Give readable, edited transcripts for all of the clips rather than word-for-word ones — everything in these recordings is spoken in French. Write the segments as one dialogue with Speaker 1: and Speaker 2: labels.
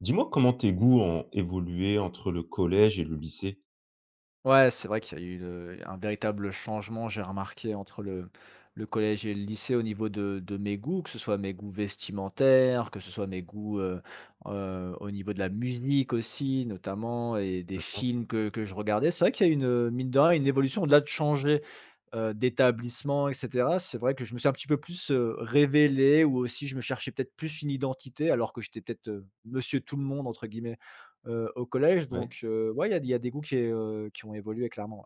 Speaker 1: Dis-moi comment tes goûts ont évolué entre le collège et le lycée?
Speaker 2: Ouais, c'est vrai qu'il y a eu, un véritable changement, j'ai remarqué entre le collège et le lycée au niveau de mes goûts, que ce soit mes goûts vestimentaires, que ce soit mes goûts, au niveau de la musique aussi notamment et des
Speaker 1: D'accord,
Speaker 2: films que je regardais. C'est vrai qu'il y a une, mine de rien, une évolution au-delà de changer, d'établissement et cetera. C'est vrai que je me suis un petit peu plus, révélé ou aussi je me cherchais peut-être plus une identité alors que j'étais peut-être, «monsieur tout le monde» entre guillemets, au collège.
Speaker 1: ouais,
Speaker 2: Donc ouais, il y a des goûts qui ont évolué clairement, ouais.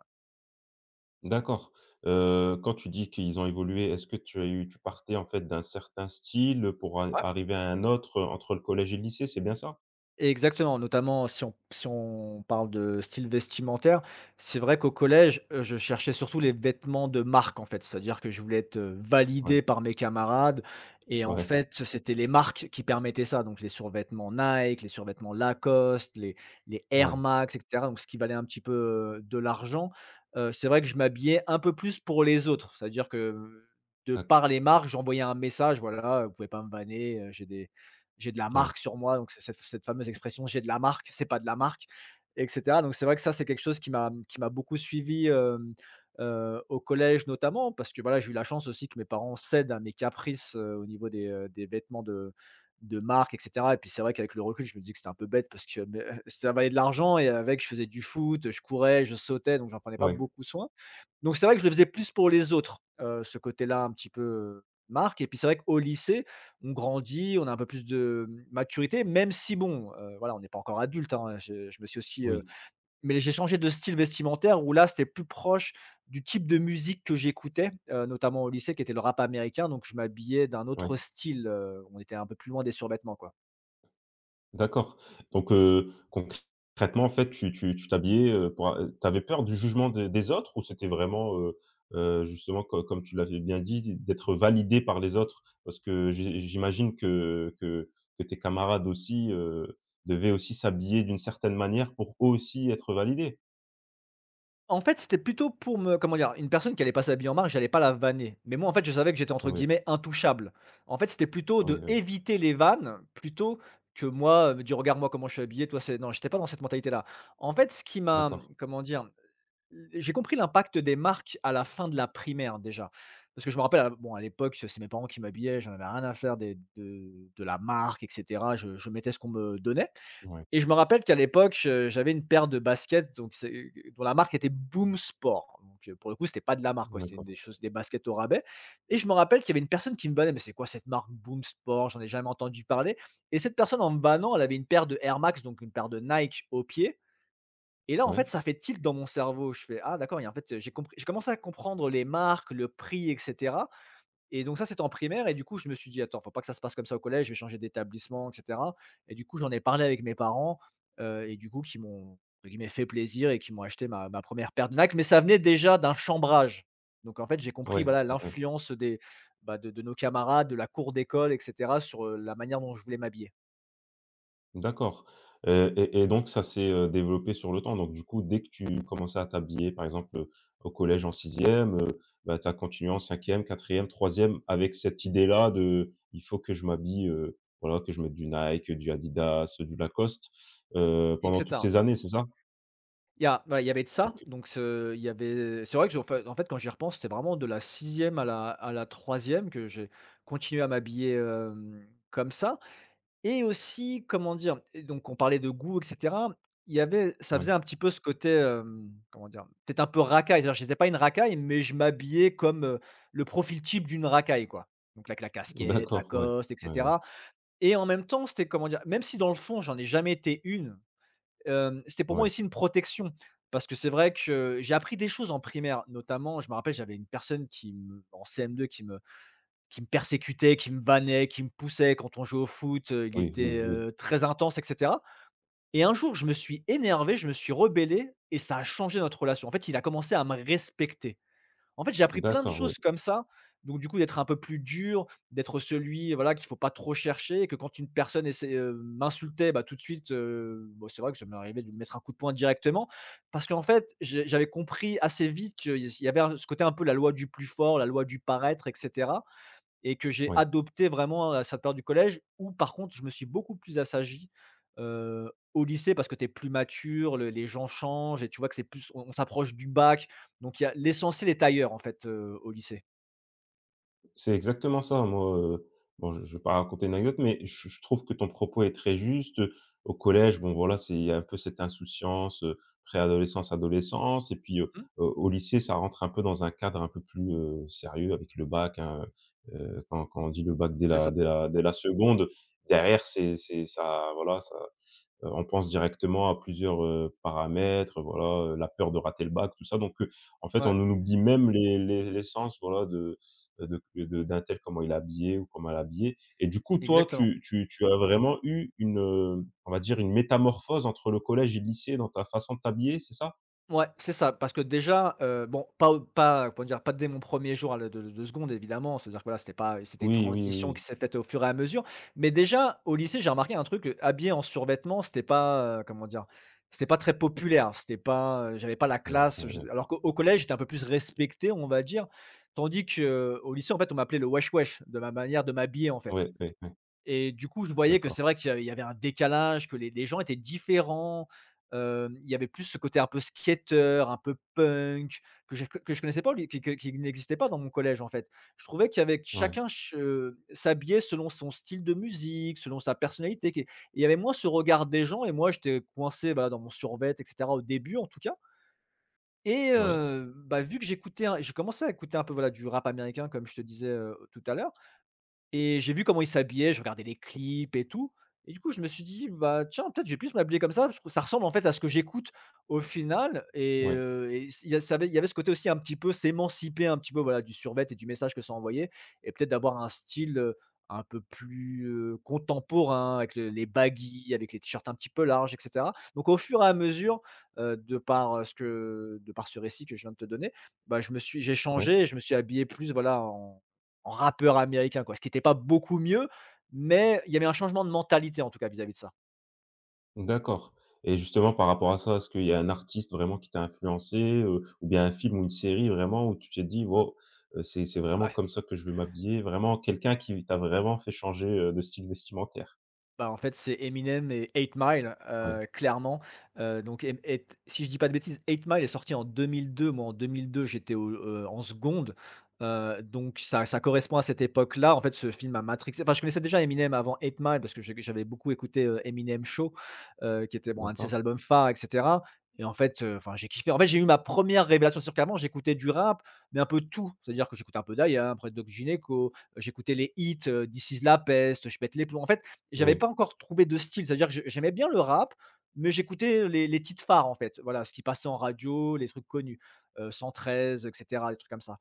Speaker 1: d'accord. Quand tu dis qu'ils ont évolué, est-ce que tu as eu tu partais en fait d'un certain style pour a arriver à un autre, entre le collège et le lycée, c'est bien ça?
Speaker 2: Exactement, notamment si on parle de style vestimentaire, c'est vrai qu'au collège, je cherchais surtout les vêtements de marque, en fait. C'est-à-dire que je voulais être,
Speaker 1: Ouais,
Speaker 2: validé par mes camarades et en
Speaker 1: ouais,
Speaker 2: fait, c'était les marques qui permettaient ça. Donc les survêtements Nike, les survêtements Lacoste, les Air
Speaker 1: ouais,
Speaker 2: Max et cetera, donc ce qui valait un petit peu, de l'argent. C'est vrai que je m'habillais un peu plus pour les autres. C'est-à-dire que, de
Speaker 1: d'ac
Speaker 2: par les marques, j'envoyais un message: «Voilà, vous pouvez pas me vanner, j'ai de la
Speaker 1: ouais,
Speaker 2: marque sur moi, donc c'est cette, cette fameuse expression j'ai de la marque, c'est pas de la marque, etc. Donc c'est vrai que ça, c'est quelque chose qui m'a beaucoup suivi au collège notamment, parce que voilà, j'ai eu la chance aussi que mes parents cèdent à mes caprices au niveau des vêtements de marque, etc. Et puis c'est vrai qu'avec le recul, je me dis que c'était un peu bête parce que mais, ça valait de l'argent et avec, je faisais du foot, je courais, je sautais, donc j'en prenais pas
Speaker 1: ouais.
Speaker 2: beaucoup soin. Donc c'est vrai que je le faisais plus pour les autres, ce côté-là un petit peu, marque. Et puis c'est vrai qu'au lycée, on grandit, on a un peu plus de, mmh, maturité, même si bon, voilà, on n'est pas encore adulte, hein, je me suis aussi,
Speaker 1: Oui,
Speaker 2: mais j'ai changé de style vestimentaire où là, c'était plus proche du type de musique que j'écoutais, notamment au lycée qui était le rap américain, donc je m'habillais d'un
Speaker 1: ouais,
Speaker 2: autre style, on était un peu plus loin des survêtements, quoi.
Speaker 1: d'accord. Donc, concrètement, en fait, tu t'habillais, pour tu avais peur du jugement des autres, ou c'était vraiment, justement, co comme tu l'avais bien dit, d'être validé par les autres? Parce que j'imagine que tes camarades aussi, devaient aussi s'habiller d'une certaine manière pour eux aussi être validés?
Speaker 2: En fait, c'était plutôt pour me, comment dire? Une personne qui allait passer la vie en marque, j'allais pas la vanner. Mais moi, en fait, je savais que j'étais entre
Speaker 1: Oui,
Speaker 2: guillemets «intouchable». En fait, c'était plutôt
Speaker 1: oui,
Speaker 2: de
Speaker 1: oui,
Speaker 2: éviter les vannes, plutôt que moi, me dire: «Regarde moi comment je suis habillé, toi c'est» non, j'étais pas dans cette mentalité-là. En fait, ce qui m'a, mmh,
Speaker 1: d'accord.
Speaker 2: comment dire? J'ai compris l'impact des marques à la fin de la primaire déjà. Parce que je me rappelle, à bon, à l'époque, c'est mes parents qui m'habillaient, j'en avais rien à faire des de la marque et cetera. Je mettais ce qu'on me donnait.
Speaker 1: Oui,
Speaker 2: Et je me rappelle qu'à l'époque, j'avais une paire de baskets donc c'est dont la marque était Boom Sport. Donc, pour le coup, c'était pas de la marque, quoi, c'était une
Speaker 1: d'accord.
Speaker 2: des choses, des baskets au rabais. Et je me rappelle qu'il y avait une personne qui me bannait: «Mais c'est quoi cette marque Boom Sport? J'en ai jamais entendu parler». Et cette personne, en me bannant, elle avait une paire de Air Max, donc une paire de Nike au pied. Et là, en
Speaker 1: Oui,
Speaker 2: fait, ça fait tilt dans mon cerveau. Je fais: «Ah d'accord» et en fait, j'ai commencé à comprendre les marques, le prix et cetera. Et donc ça, c'était en primaire et du coup, je me suis dit: «Attends, faut pas que ça se passe comme ça au collège, je vais changer d'établissement» et cetera. Et du coup, j'en ai parlé avec mes parents, et du coup, qui m'ont, entre guillemets, «fait plaisir» et qui m'ont acheté ma première paire de Nike, mais ça venait déjà d'un chambrage. Donc en fait, j'ai compris,
Speaker 1: oui.
Speaker 2: voilà,
Speaker 1: Ouais, ouais.
Speaker 2: l'influence des, bah, de nos camarades, de la cour d'école et cetera sur, la manière dont je voulais m'habiller
Speaker 1: D'accord. Et donc ça s'est, développé sur le temps. Donc du coup, dès que tu commençais à t'habiller, par exemple, au collège en sixième, e tu as continué en cinquième, quatrième, troisième, avec cette idée-là de: «Il faut que je m'habille, voilà, que je mette du Nike, du Adidas, du Lacoste»,
Speaker 2: et
Speaker 1: pendant toutes
Speaker 2: cetera.
Speaker 1: ces années, c'est ça?
Speaker 2: Il y avait de ça,
Speaker 1: OK,
Speaker 2: donc ce il y avait c'est vrai que je fai en fait, quand j'y repense, c'était vraiment de la sixième à la troisième que j'ai continué à m'habiller, hem, comme ça. Et aussi, comment dire? Et donc on parlait de goût et cetera. Il y avait ça
Speaker 1: ouais.
Speaker 2: faisait un petit peu ce côté, hem, comment dire? Peut-être un peu racaille, c'est-à-dire j'étais pas une racaille, mais je m'habillais comme, le profil type d'une racaille, quoi. Donc avec la casquette,
Speaker 1: D'accord, ouais,
Speaker 2: Lacoste et
Speaker 1: ouais, ouais,
Speaker 2: cetera. Et en même temps, c'était, comment dire? Même si dans le fond, j'en ai jamais été une, hem, c'était pour moi
Speaker 1: ouais.
Speaker 2: aussi une protection parce que c'est vrai que j'ai appris des choses en primaire, notamment, je me rappelle, j'avais une personne qui me en CM2 qui me persécutait, qui me vannait, qui me poussait quand on jouait au foot, il
Speaker 1: Oui, oui,
Speaker 2: était,
Speaker 1: oui.
Speaker 2: très intense et cetera. Et un jour, je me suis énervé, je me suis rebellé et ça a changé notre relation. En fait, il a commencé à me respecter. En fait, j'ai appris plein de
Speaker 1: D'accord, ouais,
Speaker 2: choses comme ça, donc du coup, d'être un peu plus dur, d'être celui, voilà, qu'il faut pas trop chercher et que quand une personne essaie, m'insultait, bah, tout de suite, bah, c'est vrai que ça m'est arrivé de lui mettre un coup de poing directement parce qu'en fait, j'avais compris assez vite qu'il y avait un ce côté un peu la loi du plus fort, la loi du paraître etc. Et que j'ai
Speaker 1: ouais.
Speaker 2: adopté vraiment à cette période du collège où par contre je me suis beaucoup plus assagi, au lycée parce que tu es plus mature, le les gens changent et tu vois que c'est plus, on s'approche du bac, donc il y a l'essentiel est ailleurs en fait, au lycée.
Speaker 1: C'est exactement ça. Moi, bon, je vais pas raconter une anecdote, mais je trouve que ton propos est très juste. Au collège, bon, voilà, c'est il y a un peu cette insouciance, préadolescence, adolescence, et puis,
Speaker 2: Mmh,
Speaker 1: au lycée, ça rentre un peu dans un cadre un peu plus, sérieux avec le bac, hein, heu quand on dit le bac dès
Speaker 2: c'est ça.
Speaker 1: la seconde, derrière, c'est ça, voilà, ça. On pense directement à plusieurs, paramètres, voilà, la peur de rater le bac, tout ça, donc en fait,
Speaker 2: Ouais,
Speaker 1: on nous oublie même les l'essence, voilà, de d'un tel, comment il est habillé ou comment elle est habillée, et du coup, toi,
Speaker 2: exactement.
Speaker 1: tu as vraiment eu une, on va dire une métamorphose entre le collège et le lycée dans ta façon de t'habiller, c'est ça?
Speaker 2: Ouais, c'est ça, parce que déjà, bon, pas comment dire? Pas dès mon premier jour à la de seconde évidemment, c'est-à-dire que voilà, c'était pas c'était une
Speaker 1: Oui, oui,
Speaker 2: transition qui
Speaker 1: oui,
Speaker 2: s'est faite au fur et à mesure. Mais déjà, au lycée, j'ai remarqué un truc, habillé en survêtement, c'était pas, comment dire? C'était pas très populaire, c'était pas, j'avais pas la
Speaker 1: oui.
Speaker 2: classe,
Speaker 1: Oui,
Speaker 2: je
Speaker 1: oui.
Speaker 2: alors qu'au au collège, j'étais un peu plus respecté, on va dire. Tandis que au lycée, en fait, on m'appelait le wesh wesh de ma manière de m'habiller, en
Speaker 1: Ouais,
Speaker 2: fait.
Speaker 1: ouais, ouais. Ouais, ouais, ouais.
Speaker 2: Et du coup, je voyais que
Speaker 1: D'accord.
Speaker 2: c'est vrai qu'il y avait un décalage, que les gens étaient différents. Hem, il y avait plus ce côté un peu skater, un peu punk, que je connaissais pas, lui, qui n'existait pas dans mon collège, en fait. Je trouvais qu'il y avait que
Speaker 1: Ouais.
Speaker 2: chacun ch s'habillait selon son style de musique, selon sa personnalité qui et il y avait moins ce regard des gens et moi, j'étais coincé, bah, dans mon survêt et cetera, au début, en tout cas. Et
Speaker 1: Oui.
Speaker 2: bah, vu que j'ai commencé à écouter un peu, voilà, du rap américain, comme je te disais, tout à l'heure, et j'ai vu comment ils s'habillaient, je regardais les clips et tout. Et du coup, je me suis dit: «Bah, tiens, peut-être je vais plus m'habiller comme ça, parce que ça ressemble en fait à ce que j'écoute au final»
Speaker 1: Ouais.
Speaker 2: et s il y a ça avait il y avait ce côté aussi un petit peu s'émanciper un petit peu, voilà, du survêt et du message que ça envoyait et peut-être d'avoir un style, un peu plus, contemporain avec le les baggy, avec les t-shirts un petit peu larges et cetera. Donc au fur et à mesure, de par, ce que de par ce récit que je viens de te donner, bah, je me suis j'ai
Speaker 1: Ouais.
Speaker 2: changé et je me suis habillé plus, voilà, en rappeur américain quoi, ce qui était pas beaucoup mieux, mais il y avait un changement de mentalité en tout cas vis-à-vis de ça.
Speaker 1: D'accord, et justement par rapport à ça, est-ce qu'il y a un artiste vraiment qui t'a influencé, ou bien un film ou une série vraiment où tu t'es dit: «Wow, c'est vraiment comme ça que je veux m'habiller»? Vraiment quelqu'un qui t'a vraiment fait changer, de style vestimentaire?
Speaker 2: Bah, en fait, c'est Eminem et Eight Mile,
Speaker 1: Ouais,
Speaker 2: clairement, donc et si je dis pas de bêtises, Eight Mile est sorti en 2002. Moi, en 2002, j'étais au en seconde, donc ça correspond à cette époque-là. En fait, ce film m'a matrixé. Enfin, je connaissais déjà Eminem avant Eight Mile parce que j'avais beaucoup écouté, Eminem Show, qui était, bon, un de ses
Speaker 1: d'accord.
Speaker 2: albums phares et cetera et en fait, enfin, j'ai kiffé. En fait, j'ai eu ma première révélation, sur à qu'avant, j'écoutais du rap, mais un peu tout. C'est-à-dire que j'écoutais un peu d'Ayam, après Doc Gineco. J'écoutais les hits, This Is La Peste, Je Pète les plombs. En fait, j'avais
Speaker 1: Oui,
Speaker 2: pas encore trouvé de style. C'est-à-dire que je j'aimais bien le rap, mais j'écoutais les titres phares, en fait. Voilà, ce qui passait en radio, les trucs connus, 113, et cetera, des trucs comme ça.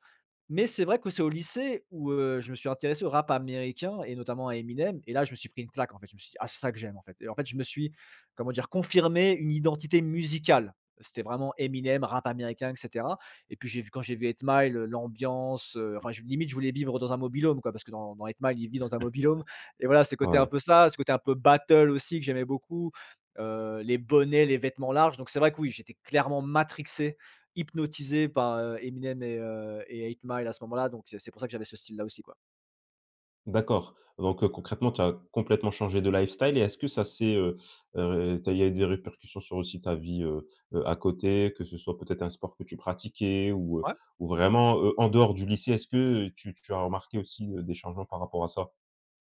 Speaker 2: Mais c'est vrai que c'est au lycée où, je me suis intéressé au rap américain et notamment à Eminem et là je me suis pris une claque en fait. Je me suis dit: «Ah c'est ça que j'aime en fait» et en fait je me suis, comment dire? Confirmé une identité musicale. C'était vraiment Eminem, rap américain et cetera et puis j'ai vu quand j'ai vu Eight Mile, l'ambiance, enfin je limite je voulais vivre dans un mobilhome quoi parce que dans Eight Mile, il vit dans un mobilhome. Et voilà c'est côté un
Speaker 1: ouais.
Speaker 2: peu ça, ce côté un peu battle aussi que j'aimais beaucoup, les bonnets, les vêtements larges donc c'est vrai que oui, j'étais clairement matrixé. Hypnotisé par, Eminem et 8 Mile à ce moment-là, donc c'est pour ça que j'avais ce style-là aussi, quoi.
Speaker 1: D'accord, donc concrètement, tu as complètement changé de lifestyle, et est-ce que tu as il y a eu des répercussions sur aussi ta vie, à côté, que ce soit peut-être un sport que tu pratiquais,
Speaker 2: Ouais.
Speaker 1: ou vraiment, en dehors du lycée? Est-ce que tu as remarqué aussi, des changements par rapport à ça?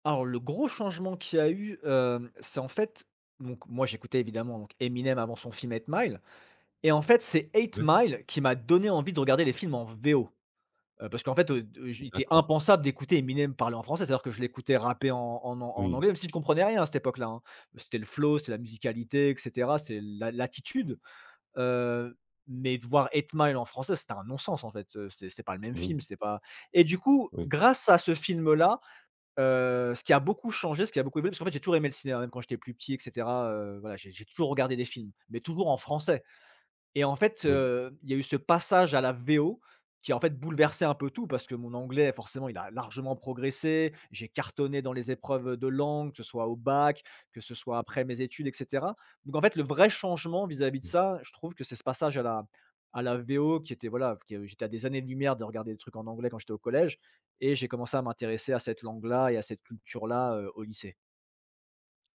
Speaker 2: Alors le gros changement qu'il y a eu, c'est en fait donc moi j'écoutais évidemment donc Eminem avant son film Eight Mile et en fait c'est Eight
Speaker 1: Ouais?
Speaker 2: Mile qui m'a donné envie de regarder les films en VO, parce qu'en fait, de j il était
Speaker 1: D'accord.
Speaker 2: impensable d'écouter Eminem parler en français. C'est-à-dire que je l'écoutais rapper en
Speaker 1: Oui,
Speaker 2: anglais, même si je comprenais rien à cette époque-là, hein. C'était le flow, c'était la musicalité et cetera, c'était l'attitude. Heu, mais de voir Eight Mile en français, c'était un non-sens en fait, c'est pas le même
Speaker 1: oui,
Speaker 2: film,
Speaker 1: oui,
Speaker 2: c'était pas. Et du coup, grâce à ce film-là, ce qui a beaucoup changé, ce qui a beaucoup évolué parce qu'en fait, j'ai toujours aimé le cinéma, même quand j'étais plus petit et cetera, voilà, j'ai toujours regardé des films, mais toujours en français. Et en fait,
Speaker 1: oui.
Speaker 2: il y a eu ce passage à la VO qui a, en fait, bouleversé un peu tout parce que mon anglais, forcément, il a largement progressé. J'ai cartonné dans les épreuves, de langue, que ce soit au bac, que ce soit après mes études et cetera. Donc en fait, le vrai changement vis-à-vis de
Speaker 1: Oui.
Speaker 2: ça, je trouve que c'est ce passage à la VO qui était, voilà, qui j'étais à des années-lumière de regarder des trucs en anglais quand j'étais au collège et j'ai commencé à m'intéresser à cette langue-là et à cette culture-là, au lycée.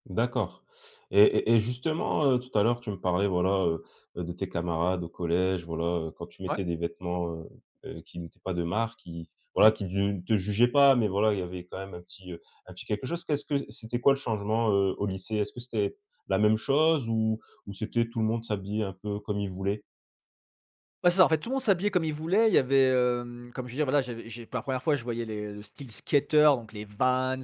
Speaker 1: D'accord. Et justement, tout à l'heure, tu me parlais, voilà, de tes camarades au collège, voilà, quand tu
Speaker 2: Ouais.
Speaker 1: mettais des vêtements, qui n'étaient pas de marque, qui, voilà,
Speaker 2: Mmh.
Speaker 1: qui ne te jugeaient pas, mais voilà, il y avait quand même un petit quelque chose. Qu'est-ce que c'était, quoi, le changement, au lycée? Est-ce que c'était la même chose, ou c'était tout le monde s'habillait un peu comme il voulait?
Speaker 2: Bah, c'est ça, en fait, tout le monde s'habillait comme il voulait. Il y avait, comme je veux dire, voilà, j'ai pour la première fois, je voyais les le style skater, donc les Vans,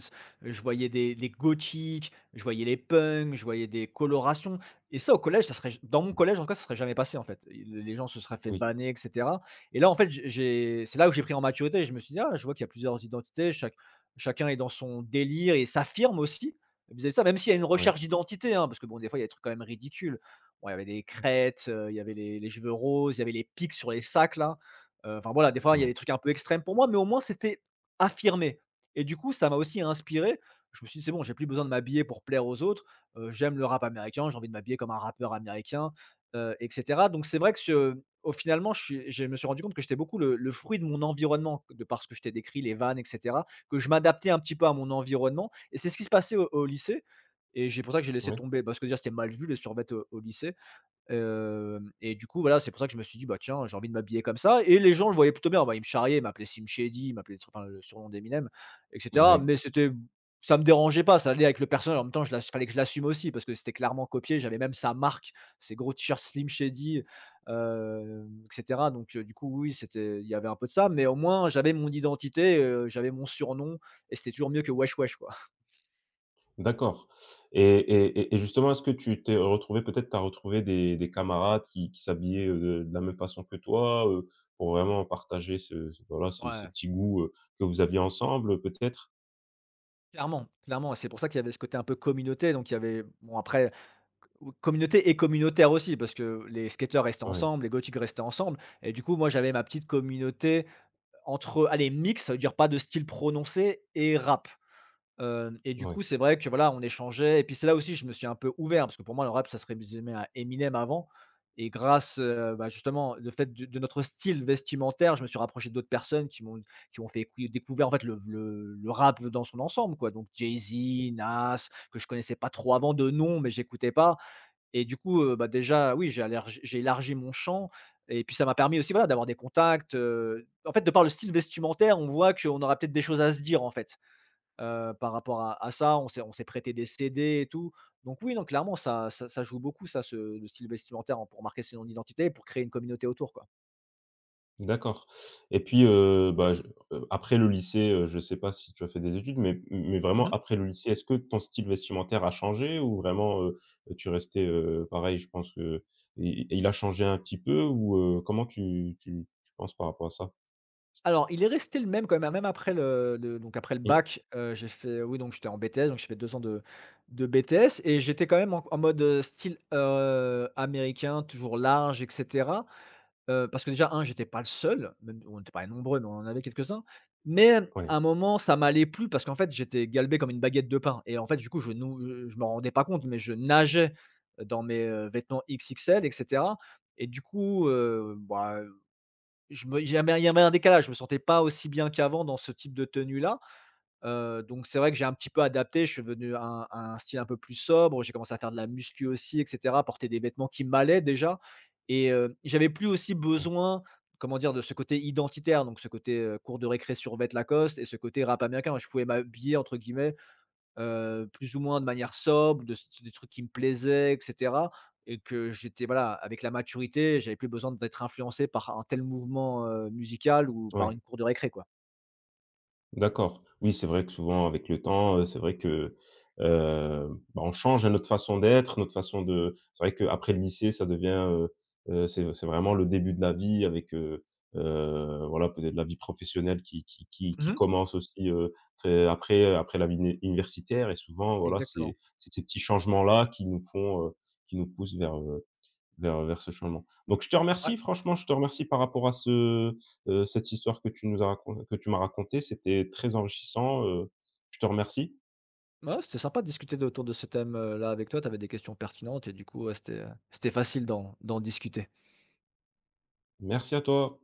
Speaker 2: je voyais des gothiques, je voyais les punks, je voyais des colorations et ça, au collège, ça serait dans mon collège, en tout cas, ça serait jamais passé, en fait. Et les gens se seraient fait
Speaker 1: Oui,
Speaker 2: vanner et cetera et là, en fait, j'ai c'est là où j'ai pris en maturité. Et je me suis dit: «Ah, je vois qu'il y a plusieurs identités, chaque chacun est dans son délire et s'affirme aussi vis-à-vis de ça», même s'il y a une
Speaker 1: oui,
Speaker 2: recherche d'identité, hein, parce que bon, des fois, il y a des trucs quand même ridicules. Bon, il y avait des crêtes, il y avait les cheveux roses, il y avait les pics sur les sacs là. Enfin voilà, des fois, il y a des
Speaker 1: oui,
Speaker 2: trucs un peu extrêmes pour moi, mais au moins c'était affirmé et du coup, ça m'a aussi inspiré. Je me suis dit: «C'est bon, j'ai plus besoin de m'habiller pour plaire aux autres. J'aime le rap américain, j'ai envie de m'habiller comme un rappeur américain», et cetera. Donc c'est vrai que ce au finalement, je me suis rendu compte que j'étais beaucoup le fruit de mon environnement, de parce que je t'ai décrit, les vannes et cetera, que je m'adaptais un petit peu à mon environnement et c'est ce qui se passait au lycée et c'est pour ça que j'ai laissé
Speaker 1: oui.
Speaker 2: tomber, bah, parce que déjà, c'était mal vu les survêtements, au lycée. Hem Et du coup, voilà, c'est pour ça que je me suis dit: «Bah, tiens, j'ai envie de m'habiller comme ça» et les gens le voyaient plutôt bien. Bah, ils me charriaient, ils m'appelaient Slim Shady, ils m'appelaient tr enfin, le surnom d'Eminem et
Speaker 1: Ouais,
Speaker 2: cetera,
Speaker 1: ouais.
Speaker 2: mais c'était ça me dérangeait pas, ça allait avec le personnage. En même temps, je fallait que je l'assume aussi parce que c'était clairement copié. J'avais même sa marque, ses gros t-shirts Slim Shady, et cetera donc du coup, oui, c'était il y avait un peu de ça, mais au moins j'avais mon identité, j'avais mon surnom et c'était toujours mieux que Wesh Wesh, quoi.
Speaker 1: D'accord. Et justement, est-ce que tu as retrouvé des camarades qui s'habillaient, de la même façon que toi, pour vraiment partager ce voilà, ces
Speaker 2: Ouais,
Speaker 1: petits goûts, que vous aviez ensemble, peut-être?
Speaker 2: clairement, clairement et c'est pour ça qu'il y avait ce côté un peu communauté donc il y avait bon après. Ou communauté et communautaire aussi, parce que les skateurs restaient
Speaker 1: Ouais,
Speaker 2: ensemble, les gothiques restaient ensemble et du coup, moi, j'avais ma petite communauté entre allez, mix ça veut dire pas de style prononcé et rap. Hem Et du
Speaker 1: ouais,
Speaker 2: coup, c'est vrai que voilà, on échangeait et puis c'est là aussi, je me suis un peu ouvert parce que pour moi, le rap, ça se résumait à Eminem avant et grâce, bah, justement, le fait de notre style vestimentaire, je me suis rapproché d'autres personnes qui m'ont fait écouter découvert en fait le rap dans son ensemble quoi, donc Jay-Z, Nas, que je connaissais pas trop avant de nom, mais j'écoutais pas et du coup, bah, déjà, oui, j'ai élargi mon champ et puis ça m'a permis aussi, voilà, d'avoir des contacts, en fait, de par le style vestimentaire, on voit qu'on aura peut-être des choses à se dire, en fait, par rapport à ça. On s'est prêté des CD et tout. Donc oui, donc clairement, ça joue beaucoup ça, ce le style vestimentaire en pour marquer son identité et pour créer une communauté autour, quoi.
Speaker 1: d'accord. Et puis, bah, je après le lycée, je ne sais pas si tu as fait des études, mais vraiment
Speaker 2: Mmh.
Speaker 1: après le lycée, est-ce que ton style vestimentaire a changé ou vraiment, tu restais, pareil? Je pense que i il a changé un petit peu, ou, comment tu penses par rapport à ça?
Speaker 2: Alors, il est resté le même quand même, hein, même après le donc après le
Speaker 1: Mmh.
Speaker 2: bac, j'ai fait oui, donc j'étais en BTS, donc j'ai fait 2 ans de BTS et j'étais quand même en mode, style, américain, toujours large et cetera. Parce que déjà un j'étais pas le seul, même on n'était pas nombreux, mais on en avait quelques-uns. Mais
Speaker 1: Oui,
Speaker 2: à un moment, ça m'allait plus parce qu'en fait, j'étais galbé comme une baguette de pain et en fait, du coup, je m'en rendais pas compte, mais je nageais dans mes, vêtements XXL et cetera et du coup, bah je me il y avait un décalage, je me sentais pas aussi bien qu'avant dans ce type de tenue-là, donc c'est vrai que j'ai un petit peu adapté, je suis devenu un à un style un peu plus sobre, j'ai commencé à faire de la muscu aussi et cetera, porter des vêtements qui m'allaient déjà et j'avais plus aussi
Speaker 1: oui,
Speaker 2: besoin, comment dire, de ce côté identitaire, donc ce côté, cours de récré sur survêt Lacoste et ce côté rap américain. Je pouvais m'habiller entre guillemets plus ou moins de manière sobre, de des trucs qui me plaisaient et cetera et que j'étais voilà, avec la maturité, j'avais plus besoin d'être influencé par un tel mouvement, musical ou par
Speaker 1: oui,
Speaker 2: une cour de récré, quoi.
Speaker 1: d'accord. Oui, c'est vrai que souvent avec le temps, c'est vrai que, heu, bah, on change, hein, notre façon d'être, notre façon de c'est vrai qu'après le lycée, c'est vraiment le début de la vie avec, voilà, peut-être la vie professionnelle qui
Speaker 2: Mmh.
Speaker 1: commence aussi, très après, la vie universitaire, et souvent, voilà,
Speaker 2: Exactement.
Speaker 1: c'est ces petits changements-là qui nous font, qui nous poussent vers, vers ce changement. Donc je te
Speaker 2: Ouais.
Speaker 1: remercie, franchement, je te remercie par rapport à ce, cette histoire que tu nous as racon que tu m'as racontée. C'était très enrichissant, je te remercie.
Speaker 2: Ouais, c'était sympa de discuter de autour de ce thème, là avec toi. Tu avais des questions pertinentes et du coup, ouais, c'était, c'était facile d'en discuter.
Speaker 1: Merci à toi.